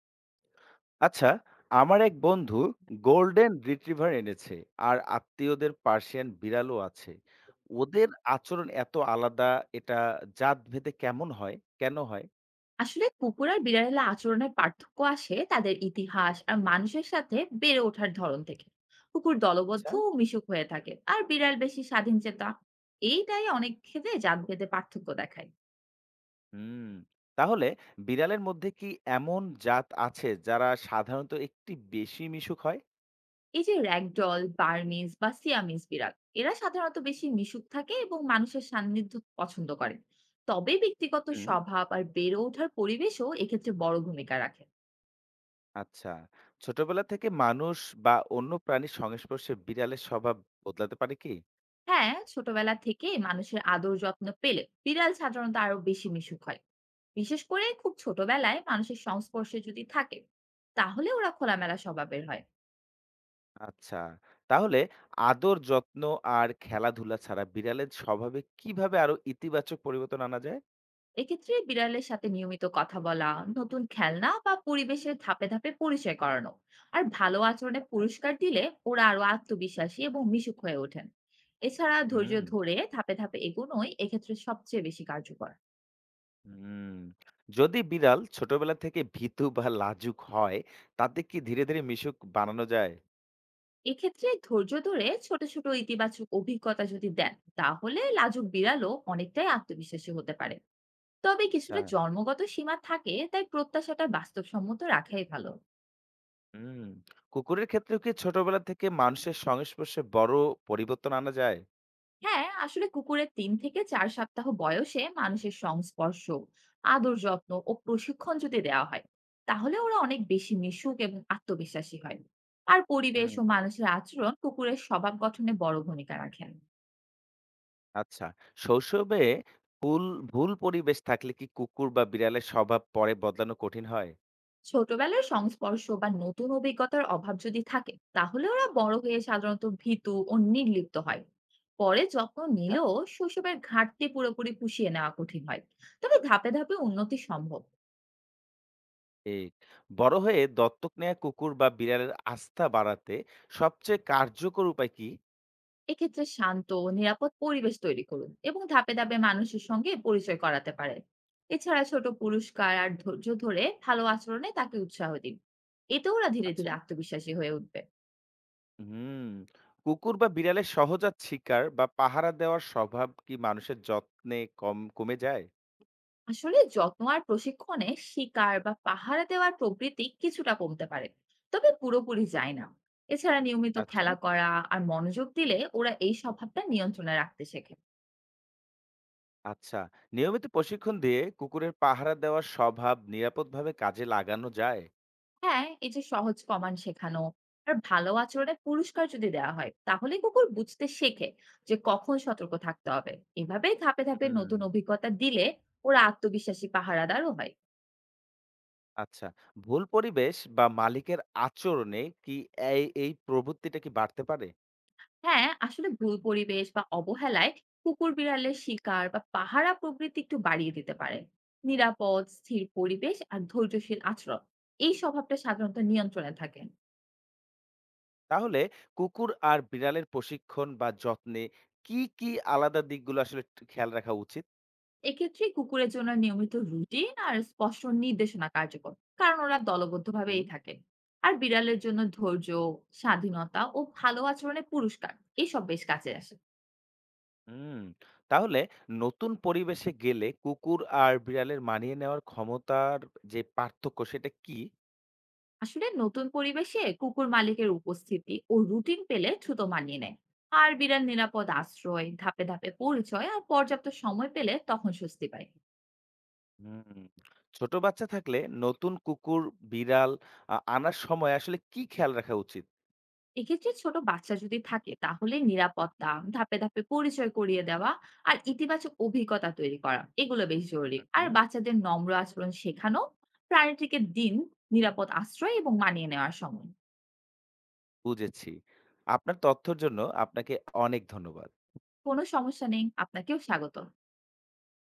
আচ্ছা, আমার এক বন্ধু গোল্ডেন রিট্রিভার এনেছে আর আত্মীয়দের পার্সিয়ান বিড়ালও আছে। ওদের আচরণ এত আলাদা, এটা জাত ভেদে কেমন হয়, কেন হয়? আসলে কুকুর আর বিড়ালের আচরণের পার্থক্য আসে তাদের ইতিহাস আর মানুষের সাথে বেড়ে ওঠার ধরন থেকে। কুকুর দলবদ্ধ আচ্ছা। ও মিশুক হয়ে থাকে আর বিড়াল বেশি স্বাধীন চেতা। এইটাই অনেক ক্ষেত্রে জাতভেদে পার্থক্য দেখায়। হুম। তাহলে বিড়ালের মধ্যে কি এমন জাত আছে যারা সাধারণত একটি বেশি মিশুক হয়? এই যে র্যাগডল, বার্মিজ বা সিয়ামিজ বিড়াল, এরা সাধারণত বেশি মিশুক থাকে এবং মানুষের সান্নিধ্য পছন্দ করে। তবে ব্যক্তিগত হুম। স্বভাব আর বেড়ে ওঠার পরিবেশও এক্ষেত্রে বড় ভূমিকা রাখে। আচ্ছা, ছোটবেলা থেকে মানুষ বা অন্য প্রাণীর সংস্পর্শে বিড়ালের স্বভাব বদলাতে পারে কি? হ্যাঁ, ছোটবেলা থেকে মানুষের আদর যত্ন পেলে বিড়াল সাধারণত আরো বেশি মিশুক হয়। বিশেষ করে খুব ছোটবেলায় মানুষের সংস্পর্শে যদি থাকে, তাহলে ওরা খোলামেলা স্বভাবের হয়। আচ্ছা। তাহলে আদর, যত্ন আর খেলাধুলা ছাড়া বিড়ালের স্বভাবে কিভাবে আরো ইতিবাচক পরিবর্তন আনা যায়? এক্ষেত্রে বিড়ালের সাথে নিয়মিত কথা বলা, নতুন খেলনা বা পরিবেশের ধাপে ধাপে পরিচয় করানো, আর ভালো আচরণে হ্যাঁ। পুরস্কার দিলে ওরা আরো আত্মবিশ্বাসী এবং মিশুক হয়ে ওঠেন। এছাড়া ধৈর্য হুম, ধরে ধাপে ধাপে এগোনোই এক্ষেত্রে সবচেয়ে বেশি কার্যকর। হুম। যদি বিড়াল ছোটবেলা থেকে ভীতু বা লাজুক হয়, তাতে কি ধীরে ধীরে মিশুক বানানো যায়? এক্ষেত্রে ধৈর্য ধরে ছোট ছোট ইতিবাচক অভিজ্ঞতা যদি দেন, তাহলে লাজুক বিড়ালও অনেকটাই আত্মবিশ্বাসী হতে পারে। তবে আচ্ছা, কিছুটা জন্মগত সীমা থাকে, তাই প্রত্যাশাটা বাস্তবসম্মত রাখাই ভালো। হুম। কুকুরের ক্ষেত্রেও কি ছোটবেলা থেকে মানুষের সংস্পর্শে বড় পরিবর্তন আনা যায়? হ্যাঁ, আসলে কুকুরের তিন থেকে চার সপ্তাহ বয়সে মানুষের সংস্পর্শ, আদর যত্ন ও প্রশিক্ষণ যদি দেওয়া হয়, তাহলে ওরা অনেক বেশি মিশুক এবং আত্মবিশ্বাসী হয়। আর পরিবেশ হুম। ও মানুষের আচরণ কুকুরের স্বভাব গঠনে বড় ভূমিকা রাখেন। আচ্ছা। শৈশবে ভুল ভুল পরিবেশ থাকলে কি কুকুর বা বিড়ালের স্বভাব পরে বদলানো কঠিন হয়? ছোটবেলায় সংস্পর্শ বা নতুন অভিজ্ঞতার অভাব যদি থাকে, তাহলে ওরা বড় হয়ে সাধারণত ভীতু ও নির্লিপ্ত হয়। পরে যত্ন নিলেও শৈশবের ঘাটতি পুরোপুরি পুষিয়ে নেওয়া কঠিন হয়। তবে ধাপে ধাপে উন্নতি সম্ভব। ঠিক। বড় হয়ে দত্তক নেয়া কুকুর বা বিড়ালের আস্থা বাড়াতে সবচেয়ে কার্যকর উপায় কি? এক্ষেত্রে শান্ত ও নিরাপদ পরিবেশ তৈরি করুন এবং ধাপে ধাপে মানুষের সঙ্গে পরিচয় করাতে পারেন। এছাড়া ছোট পুরস্কার আর ধৈর্য ধরে ভালো আচরণে তাকে উৎসাহ দিন। এতে ওরা ধীরে ধীরে আচ্ছা। আত্মবিশ্বাসী হয়ে উঠবে। হুম। কুকুর বা বিড়ালের সহজাত শিকার বা পাহারা দেওয়ার স্বভাব কি মানুষের যত্নে কম কমে যায়? আসলে যত্ন আর প্রশিক্ষণে শিকার বা পাহারা দেওয়ার প্রবৃত্তি কিছুটা কমতে পারে, তবে পুরোপুরি যায় না। এছাড়া নিয়মিত আচ্ছা, খেলা করা আর মনোযোগ দিলে ওরা এই স্বভাবটা নিয়ন্ত্রণে রাখতে শেখে। আচ্ছা, নিয়মিত প্রশিক্ষণ দিয়ে কুকুরের পাহারা দেওয়ার স্বভাব নিরাপদভাবে কাজে লাগানো যায়? হ্যাঁ, এই যে সহজ কমান্ড শেখানো আর ভালো আচরণের পুরস্কার যদি দেওয়া হয়, তাহলে কুকুর বুঝতে শেখে যে কখন সতর্ক থাকতে হবে। এভাবেই ধাপে ধাপে নতুন হুম। অভিজ্ঞতা দিলে ওরা আত্মবিশ্বাসী পাহারাদারও হয়। আচ্ছা, ভুল পরিবেশ বা মালিকের আচরণে কি এই এই প্রবৃত্তিটা কি বাড়তে পারে? হ্যাঁ, আসলে ভুল পরিবেশ বা অবহেলায় কুকুর বিড়ালের শিকার বা পাহারা প্রবৃত্তি একটু বাড়িয়ে দিতে পারে। নিরাপদ, স্থির পরিবেশ আর ধৈর্যশীল আচরণ এই স্বভাবটা সাধারণত নিয়ন্ত্রণে থাকে। তাহলে কুকুর আর বিড়ালের প্রশিক্ষণ বা যত্নে কি আলাদা দিকগুলো আসলে একটু খেয়াল রাখা উচিত? এক্ষেত্রে কুকুরের জন্য নিয়মিত রুটিন আর স্পষ্ট নির্দেশনা কার্যকর, কারণ ওরা হুম। দলবদ্ধভাবেই থাকে। আর বিড়ালের জন্য ধৈর্য, স্বাধীনতা ও ভালো আচরণের পুরস্কার এসব বেশ কাজে আসে। হুম, তাহলে নতুন পরিবেশে গেলে কুকুর আর বিড়ালের মানিয়ে নেওয়ার ক্ষমতার যে পার্থক্য সেটা কি? আসলে নতুন পরিবেশে কুকুর মালিকের উপস্থিতি ও রুটিন পেলে দ্রুত মানিয়ে নেয়। আর বিড়াল নিরাপদ আশ্রয়, ধাপে ধাপে পরিচয় আর পর্যাপ্ত সময় পেলে তখন স্বস্তি পায়। হুম। ছোট বাচ্চা থাকলে নতুন কুকুর, বিড়াল আনার সময় আসলে কি খেয়াল রাখা উচিত? এক্ষেত্রে ছোট বাচ্চা যদি থাকে, তাহলে নিরাপত্তা, ধাপে ধাপে পরিচয় করিয়ে দেওয়া আর ইতিবাচক অভিজ্ঞতা তৈরি করা, এগুলো বেশ জরুরি। হুম, আর হুম। বাচ্চাদের নম্র আচরণ শেখানো, প্রাণীটিকে দিন নিরাপদ আশ্রয় এবং মানিয়ে নেওয়ার সময়। বুঝেছি। আপনার তথ্যর জন্য আপনাকে অনেক ধন্যবাদ। কোনো সমস্যা নেই, আপনাকেও স্বাগত।